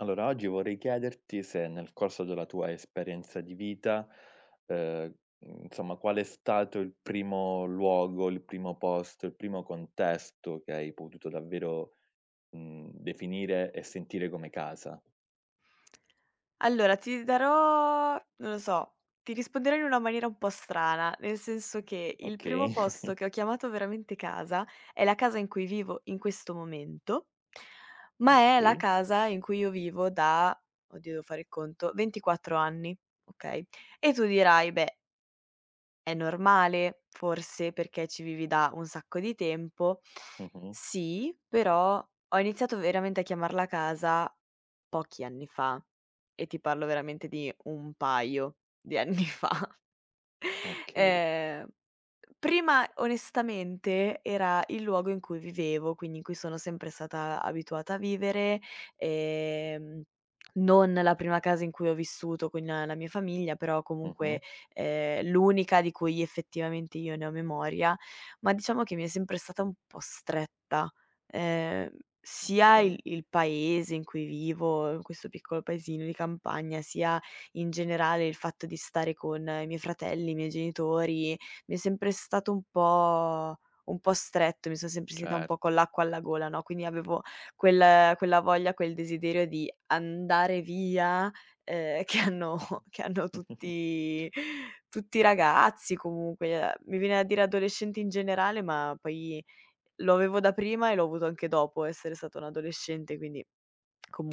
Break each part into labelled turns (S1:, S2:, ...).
S1: Allora, oggi vorrei chiederti se nel corso della tua esperienza di vita, ehm, insomma, qual è stato il primo luogo, il primo posto, il primo contesto che hai potuto davvero, definire e sentire come casa.
S2: Allora, ti darò non lo so, ti risponderò in una maniera un po' strana, nel senso che il primo
S1: Okay,
S2: posto che ho chiamato veramente casa è la casa in cui vivo in questo momento, ma è la
S1: okay,
S2: casa in cui io vivo da oddio devo fare il conto, 24 anni, okay? E tu dirai: "Beh, è normale, forse, perché ci vivi da un sacco di tempo.
S1: mh-mh,
S2: Sì, però ho iniziato veramente a chiamarla casa pochi anni fa e ti parlo veramente di un paio di anni fa.
S1: okay,
S2: Ehm, Prima onestamente era il luogo in cui vivevo, quindi in cui sono sempre stata abituata a vivere, ehm, non la prima casa in cui ho vissuto con la mia famiglia, però comunque,
S1: mh-mh,
S2: l'unica di cui effettivamente io ne ho memoria, ma diciamo che mi è sempre stata un po' stretta. Ehm, Sia il
S1: okay,
S2: il paese in cui vivo, questo piccolo paesino di campagna, sia in generale il fatto di stare con i miei fratelli, i miei genitori, mi è sempre stato un po' stretto, mi sono sempre sentita un po' con
S1: certo.
S2: l'acqua alla gola, no, quindi avevo quella voglia, quel desiderio di andare via, ehm, che hanno che hanno
S1: Mh-mh.
S2: tutti i ragazzi comunque, mi viene da dire adolescenti in generale, ma poi lo avevo da prima e l'ho avuto anche dopo essere stata un adolescente, quindi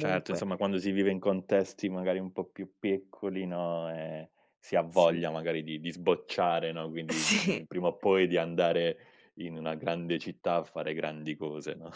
S1: Certo, insomma quando si vive in contesti magari un po' più piccoli, no, si ha
S2: sì,
S1: voglia magari di sbocciare, no, quindi
S2: sì.
S1: di prima o poi di andare in una grande città a fare grandi cose, no.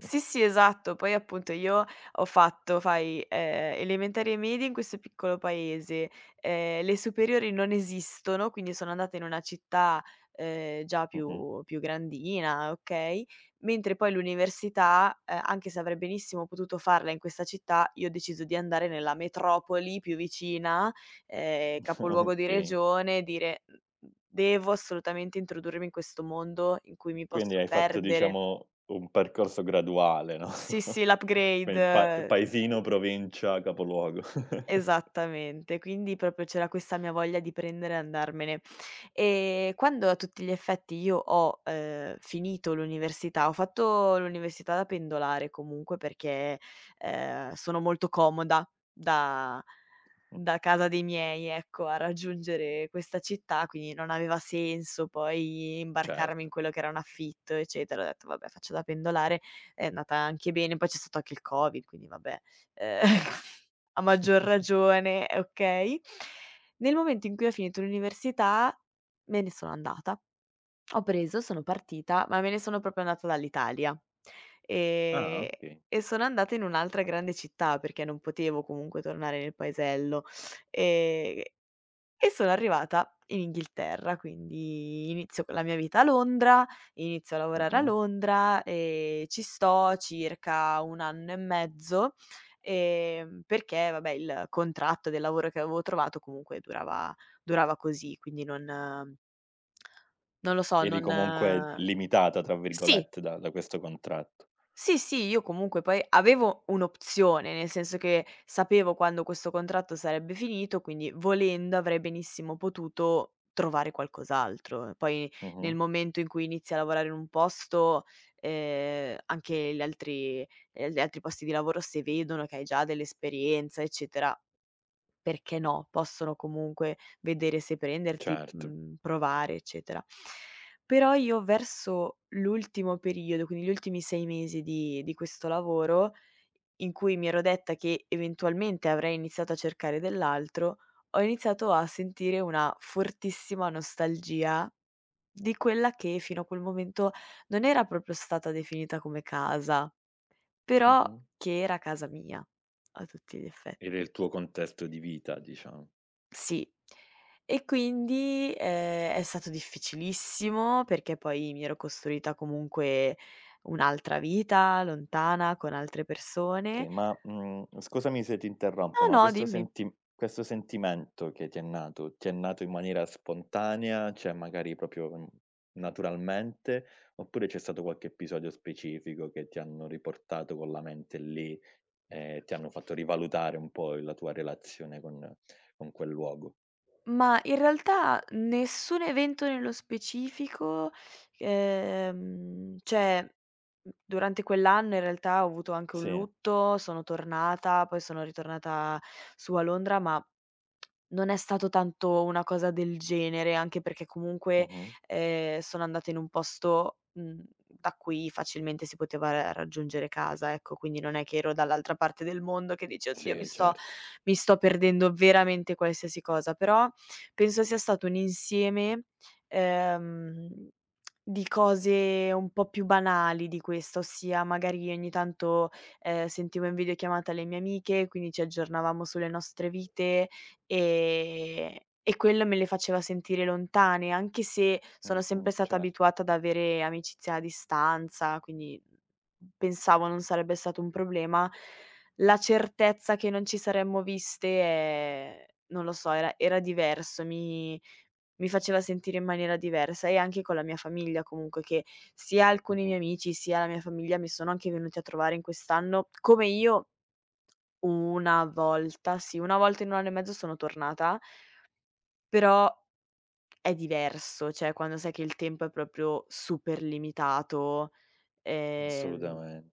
S2: Sì, sì, esatto. Poi appunto io ho fatto, elementari e medie in questo piccolo paese, le superiori non esistono, quindi sono andata in una città, già
S1: Mh-mh.
S2: più grandina, okay, mentre poi l'università, anche se avrei benissimo potuto farla in questa città, io ho deciso di andare nella metropoli più vicina, capoluogo di
S1: Okay.
S2: regione, dire: "Mhmm, devo assolutamente introdurmi in questo mondo in cui mi
S1: Quindi
S2: posso
S1: hai fatto
S2: perdere".
S1: diciamo un percorso graduale, no,
S2: Sì, sì,
S1: quel pa
S2: l'upgrade.
S1: paesino, provincia, capoluogo.
S2: Esattamente, quindi proprio c'era questa mia voglia di prendere e andarmene. Quando a tutti gli effetti io ho finito l'università, ho fatto l'università da pendolare comunque perché, sono molto comoda da
S1: Mh,
S2: da casa dei miei, ecco, a raggiungere questa città, quindi non aveva senso poi imbarcarmi in
S1: certo.
S2: quello che era un affitto, eccetera. Ho detto: "Vabbè, faccio da pendolare." È andata anche bene, poi c'è stato anche il Covid, quindi vabbè, ehm a maggior ragione, okay. Nel momento in cui ho finito l'università me ne sono andata. Ho preso, sono partita, ma me ne sono proprio andata dall'Italia.
S1: Ah,
S2: Ehm,
S1: okay.
S2: e sono andata in un'altra grande città, perché non potevo comunque tornare nel paesello. Ehm e sono arrivata in Inghilterra, quindi inizio con la mia vita a Londra, inizio a lavorare a
S1: Mh-mh.
S2: Londra e ci sto circa 1 anno e mezzo, perché vabbè il contratto del lavoro che avevo trovato comunque durava così, quindi non lo so,
S1: Eri
S2: non
S1: comunque "limitata" tra
S2: sì.
S1: virgolette da questo contratto.
S2: Sì, sì, io comunque poi avevo un'opzione, nel senso che sapevo quando questo contratto sarebbe finito, quindi volendo avrei benissimo potuto trovare qualcos'altro. Poi
S1: Mh-mh.
S2: nel momento in cui inizi a lavorare in un posto, anche gli altri posti di lavoro se vedono che hai già dell'esperienza, eccetera, perché no, possono comunque vedere se prenderti,
S1: Certo.
S2: provare, eccetera. Però io verso l'ultimo periodo, quindi gli ultimi 6 mesi di questo lavoro, in cui mi ero detta che eventualmente avrei iniziato a cercare dell'altro, ho iniziato a sentire una fortissima nostalgia di quella che fino a quel momento non era proprio stata definita come casa, però
S1: Mh-mh.
S2: che era casa mia a tutti gli
S1: E
S2: effetti.
S1: del tuo contesto di vita, diciamo.
S2: Sì. E quindi, è stato difficilissimo perché poi mi ero costruita comunque un'altra vita lontana con altre persone.
S1: Scusami se ti interrompo,
S2: No,
S1: ma
S2: no,
S1: questo
S2: dimmi.
S1: senti questo sentimento che ti è nato, in maniera spontanea, cioè magari proprio, naturalmente, oppure c'è stato qualche episodio specifico che ti hanno riportato con la mente lì e ti hanno fatto rivalutare un po' la tua relazione con quel luogo?
S2: Ma in realtà nessun evento nello specifico, cioè, durante quell'anno in realtà ho avuto anche un
S1: Sì,
S2: lutto, sono tornata, poi sono ritornata su a Londra, ma non è stato tanto una cosa del genere, anche perché comunque,
S1: mh-mh.
S2: sono andata in un posto, da cui facilmente si poteva ra raggiungere casa, ecco, quindi non è che ero dall'altra parte del mondo che dici: "Oddio, mi
S1: Sì,
S2: sto
S1: certo.
S2: mi sto perdendo veramente qualsiasi cosa." Però penso sia stato un insieme ehm, di cose un po' più banali di questo, ossia magari ogni tanto, sentivo in videochiamata le mie amiche, quindi ci aggiornavamo sulle nostre vite. Ehm, e quello me le faceva sentire lontane, anche se sono sempre
S1: Mh-mh,
S2: stata
S1: certo.
S2: abituata ad avere amicizie a distanza, quindi pensavo non sarebbe stato un problema. La certezza che non ci saremmo viste è non lo so, era diverso, mi faceva sentire in maniera diversa e anche con la mia famiglia comunque, che sia alcuni miei
S1: Mh-mh.
S2: amici, sia la mia famiglia mi sono anche venuti a trovare in quest'anno, come io una volta, sì, una volta in 1 anno e mezzo sono tornata però è diverso, cioè quando sai che il tempo è proprio super limitato, ehm,
S1: Assolutamen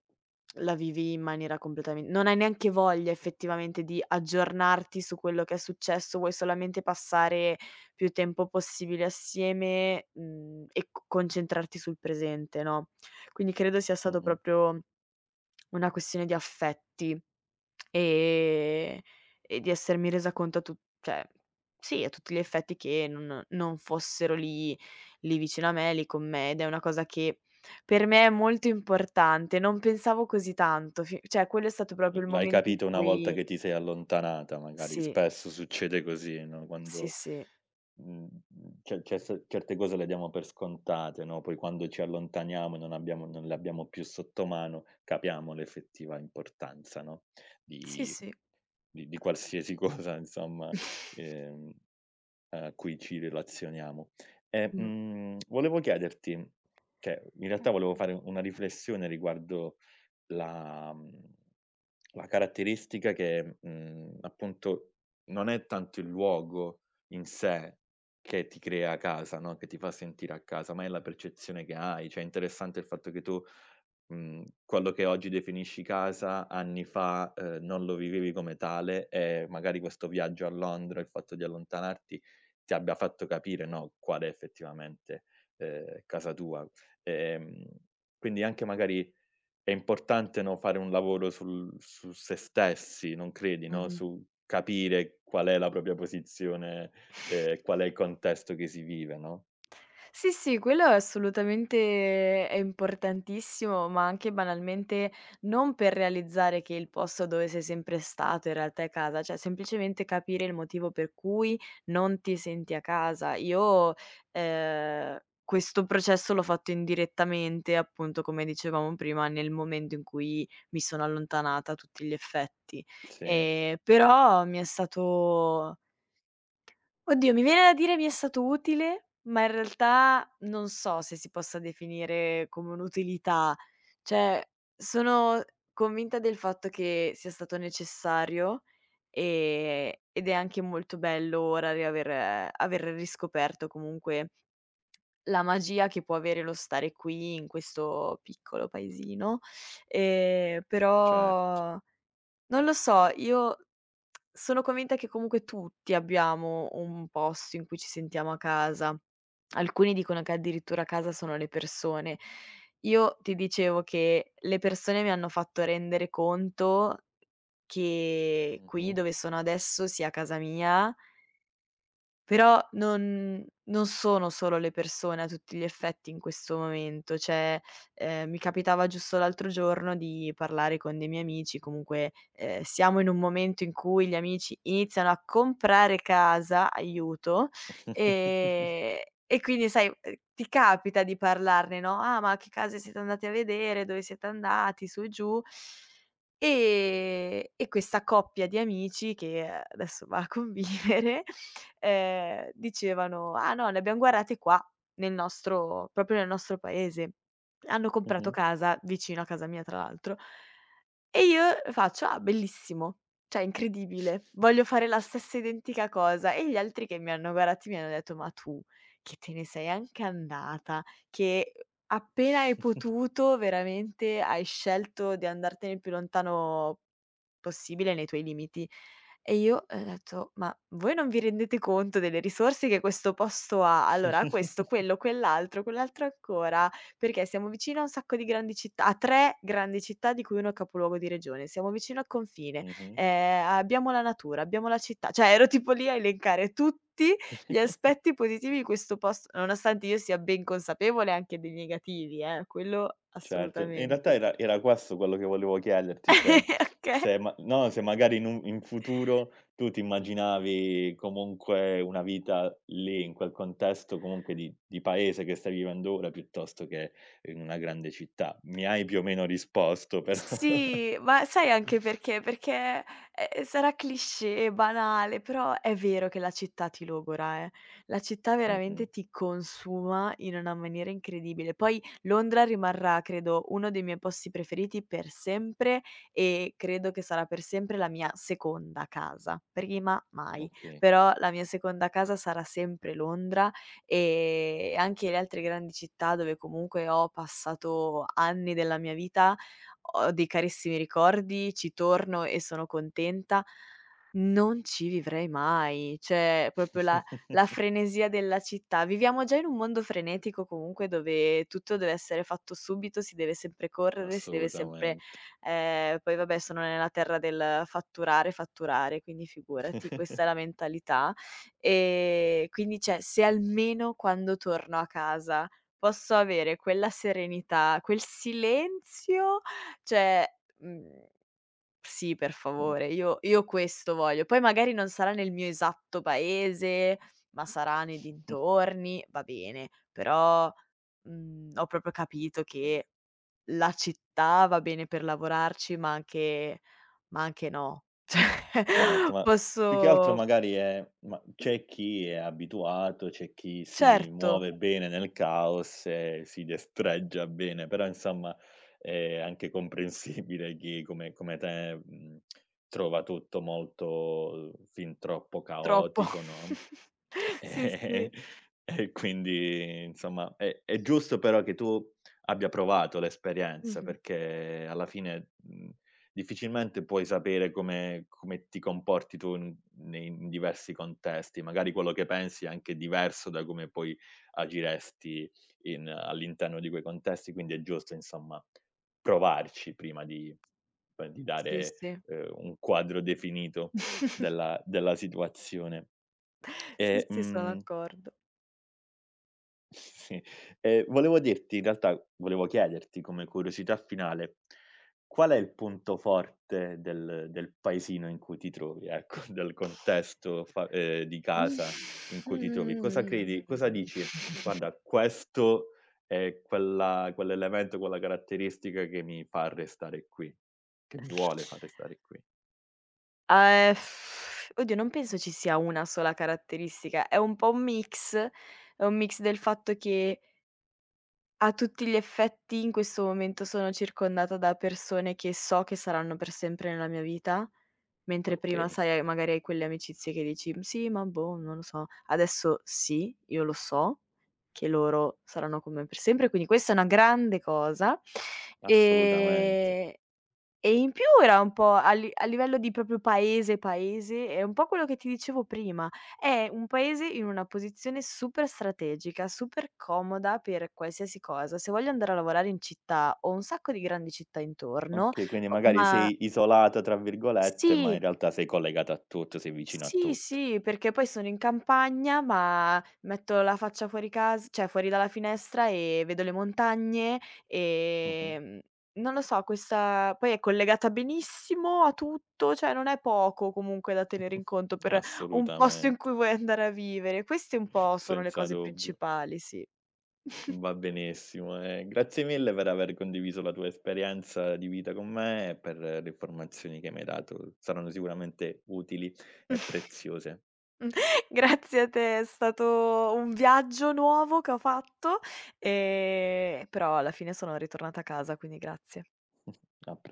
S2: la vivi in maniera completamente non hai neanche voglia effettivamente di aggiornarti su quello che è successo, vuoi solamente passare più tempo possibile assieme, e c concentrarti sul presente, no, quindi credo sia stato
S1: Mh-mh.
S2: proprio una questione di affetti. Ehm, e di essermi resa conto a tu cioè sì, a tutti gli effetti che non fossero lì vicino a me, lì con me, ed è una cosa che per me è molto importante. Non pensavo così tanto fi cioè quello è stato
S1: L
S2: proprio il
S1: l'hai
S2: momento in
S1: capito una volta
S2: cui
S1: che ti sei allontanata magari,
S2: sì,
S1: spesso succede così, no,
S2: sì,
S1: quando,
S2: sì,
S1: mhmm, ce ce s certe cose le diamo per scontate, no, poi quando ci allontaniamo e non le abbiamo più sotto mano, capiamo l'effettiva importanza, no,
S2: sì,
S1: di
S2: sì.
S1: di qualsiasi cosa insomma, ehm, a cui ci relazioniamo. E,
S2: Mh,
S1: volevo chiederti cioè, in realtà volevo fare una riflessione riguardo la mhmm, la caratteristica che, appunto non è tanto il luogo in sé che ti crea casa, no, che ti fa sentire a casa, ma è la percezione che hai. Cioè, è interessante il fatto che tu, quello che oggi definisci casa, anni fa, non lo vivevi come tale e magari questo viaggio a Londra, il fatto di allontanarti, ti abbia fatto capire, no, qual è effettivamente, casa tua. Ehm, quindi anche magari è importante, no, fare un lavoro sul su se stessi, non credi, no,
S2: mh-mh.
S1: su capire qual è la propria posizione, qual è il contesto che si vive, no?
S2: Sì, sì, quello è assolutamente, è importantissimo, ma anche banalmente non per realizzare che il posto dove sei sempre stato in realtà è casa, cioè semplicemente capire il motivo per cui non ti senti a casa. Io, ehm, questo processo l'ho fatto indirettamente, appunto, come dicevamo prima, nel momento in cui mi sono allontanata a tutti gli effetti.
S1: Sì.
S2: Però mi è stato, oddio, mi viene da dire, mi è stato utile, ma in realtà non so se si possa definire come un'utilità. Cioè, sono convinta del fatto che sia stato necessario, ed è anche molto bello ora riaver aver aver riscoperto comunque la magia che può avere lo stare qui in questo piccolo paesino,
S1: Certo.
S2: però non lo so, io sono convinta che comunque tutti abbiamo un posto in cui ci sentiamo a casa. Alcuni dicono che addirittura a casa sono le persone. Io ti dicevo che le persone mi hanno fatto rendere conto che qui
S1: Mh-mh.
S2: dove sono adesso sia casa mia, però non sono solo le persone a tutti gli effetti in questo momento, cioè, mi capitava giusto l'altro giorno di parlare con dei miei amici, comunque, siamo in un momento in cui gli amici iniziano a comprare casa, aiuto, ehm, e quindi sai, ti capita di parlarne, no: "Ah, ma che case siete andati a vedere, dove siete andati?" Su e giù. E questa coppia di amici che, adesso va a convivere, dicevano: "Ah no, le abbiam guardate qua, nel nostro paese. Hanno comprato
S1: Mh-mh.
S2: casa vicino a casa mia tra l'altro". E io faccio: "Ah bellissimo, cioè incredibile, voglio fare la stessa identica cosa". E gli altri che mi hanno guardati mi hanno detto: "Ma tu che te ne sei anche andata, che appena hai
S1: Mh-mh.
S2: potuto veramente hai scelto di andartene il più lontano possibile nei tuoi limiti". E io, ho detto: "Ma voi non vi rendete conto delle risorse che questo posto ha? Allora ha questo, quello, quell'altro, quell'altro ancora, perché siamo vicino a un sacco di grandi città, a 3 grandi città di cui 1 è capoluogo di regione, siamo vicino al confine, abbiamo la natura, abbiamo la città." Cioè ero tipo lì a elencare tutti gli aspetti positivi di questo posto, nonostante io sia ben consapevole anche dei negativi, quello
S1: Certo, e in realtà
S2: assolutamente.
S1: era questo quello che volevo chiederti, cioè
S2: Okay.
S1: se ma no, se magari in un in futuro tu ti immaginavi comunque una vita lì, in quel contesto comunque di paese che stai vivendo ora, piuttosto che in una grande città. Mi hai più o meno risposto però
S2: Sì, ma sai anche perché? Perché, sarà cliché, banale, però è vero che la città ti logora, eh. La città
S1: mh-mh,
S2: veramente ti consuma in una maniera incredibile. Poi Londra rimarrà, credo, uno dei miei posti preferiti per sempre e credo che sarà per sempre la mia seconda casa. Prima mai,
S1: okay.
S2: però la mia seconda casa sarà sempre Londra e anche le altre grandi città dove comunque ho passato anni della mia vita ho dei carissimi ricordi, ci torno e sono contenta, non ci vivrei mai. Cioè, proprio la frenesia della città. Viviamo già in un mondo frenetico comunque dove tutto deve essere fatto subito, si deve sempre correre, si deve sempre
S1: Assolutamente.
S2: poi vabbè sono nella terra del fatturare, fatturare, quindi figurati, questa è la mentalità. Quindi cioè, se almeno quando torno a casa posso avere quella serenità, quel silenzio, cioè, mhmm, sì, per favore, io questo voglio. Poi magari non sarà nel mio esatto paese, ma sarà nei
S1: Mh.
S2: dintorni, va bene, però, ho proprio capito che la città va bene per lavorarci, ma anche, no. Cioè,
S1: Certo, ma più che altro
S2: posso
S1: magari è ma c'è chi è abituato, c'è chi si
S2: certo,
S1: muove bene nel caos e si destreggia bene, però insomma è anche comprensibile chi come te, trova tutto molto, fin troppo
S2: troppo.
S1: caotico, no?
S2: Sì, sì.
S1: E e quindi insomma è giusto però che tu abbia provato l'esperienza,
S2: Mh-mh.
S1: perché alla fine, difficilmente puoi sapere come come ti comporti tu in nei in diversi contesti. Magari quello che pensi è anche diverso da come poi agiresti in all'interno di quei contesti, quindi è giusto insomma provarci prima di poi di
S2: Sì,
S1: dare,
S2: sì.
S1: un quadro definito. Della della situazione.
S2: Sì,
S1: E,
S2: sì, sono d'accordo.
S1: sì, e volevo dirti in realtà volevo chiederti come curiosità finale, qual è il punto forte del paesino in cui ti trovi, ecco, del contesto fa di casa in
S2: Mh-mh-mh-mh-mh.
S1: cui ti trovi? Cosa credi cosa dici: "Guarda, questo è quella quell'elemento, quella caratteristica che mi fa restare qui, che mi vuole far restare qui."
S2: Ehm, Oddio non penso ci sia una sola caratteristica, è un po' un mix, è un mix del fatto che a tutti gli effetti in questo momento sono circondata da persone che so che saranno per sempre nella mia vita, mentre prima
S1: Okay,
S2: sai hai quelle amicizie che dici: "Sì, ma boh, non lo so". Adesso sì, io lo so che loro saranno con me per sempre, quindi questa è una grande cosa.
S1: assolutamente.
S2: Ehm E in più era un po' a livello di proprio paese, paese, è un po' quello che ti dicevo prima, è un paese in una posizione super strategica, super comoda per qualsiasi cosa. Se voglio andare a lavorare in città, ho un sacco di grandi città intorno,
S1: Okay, quindi
S2: o
S1: magari
S2: ma
S1: sei "isolata" tra virgolette, ma in
S2: sì.
S1: realtà sei collegata a tutto, sei vicino a
S2: Sì,
S1: tutto.
S2: sì, perché poi sono in campagna, ma metto la faccia fuori cas cioè fuori dalla finestra e vedo le montagne,
S1: Mh-mh.
S2: ehm, non lo so, questa poi è collegata benissimo a tutto, cioè non è poco comunque da tenere in conto per un posto in
S1: Assolutamente,
S2: cui vuoi andare a vivere. Queste un po' sono le
S1: senza
S2: cose
S1: dubbio.
S2: principali, sì.
S1: Va benissimo, grazie mille per aver condiviso la tua esperienza di vita con me e per le informazioni che mi hai dato. Saranno sicuramente utili e preziose.
S2: Grazie a te, è stato un viaggio nuovo che ho fatto, però alla fine sono ritornata a casa, quindi grazie.
S1: A pre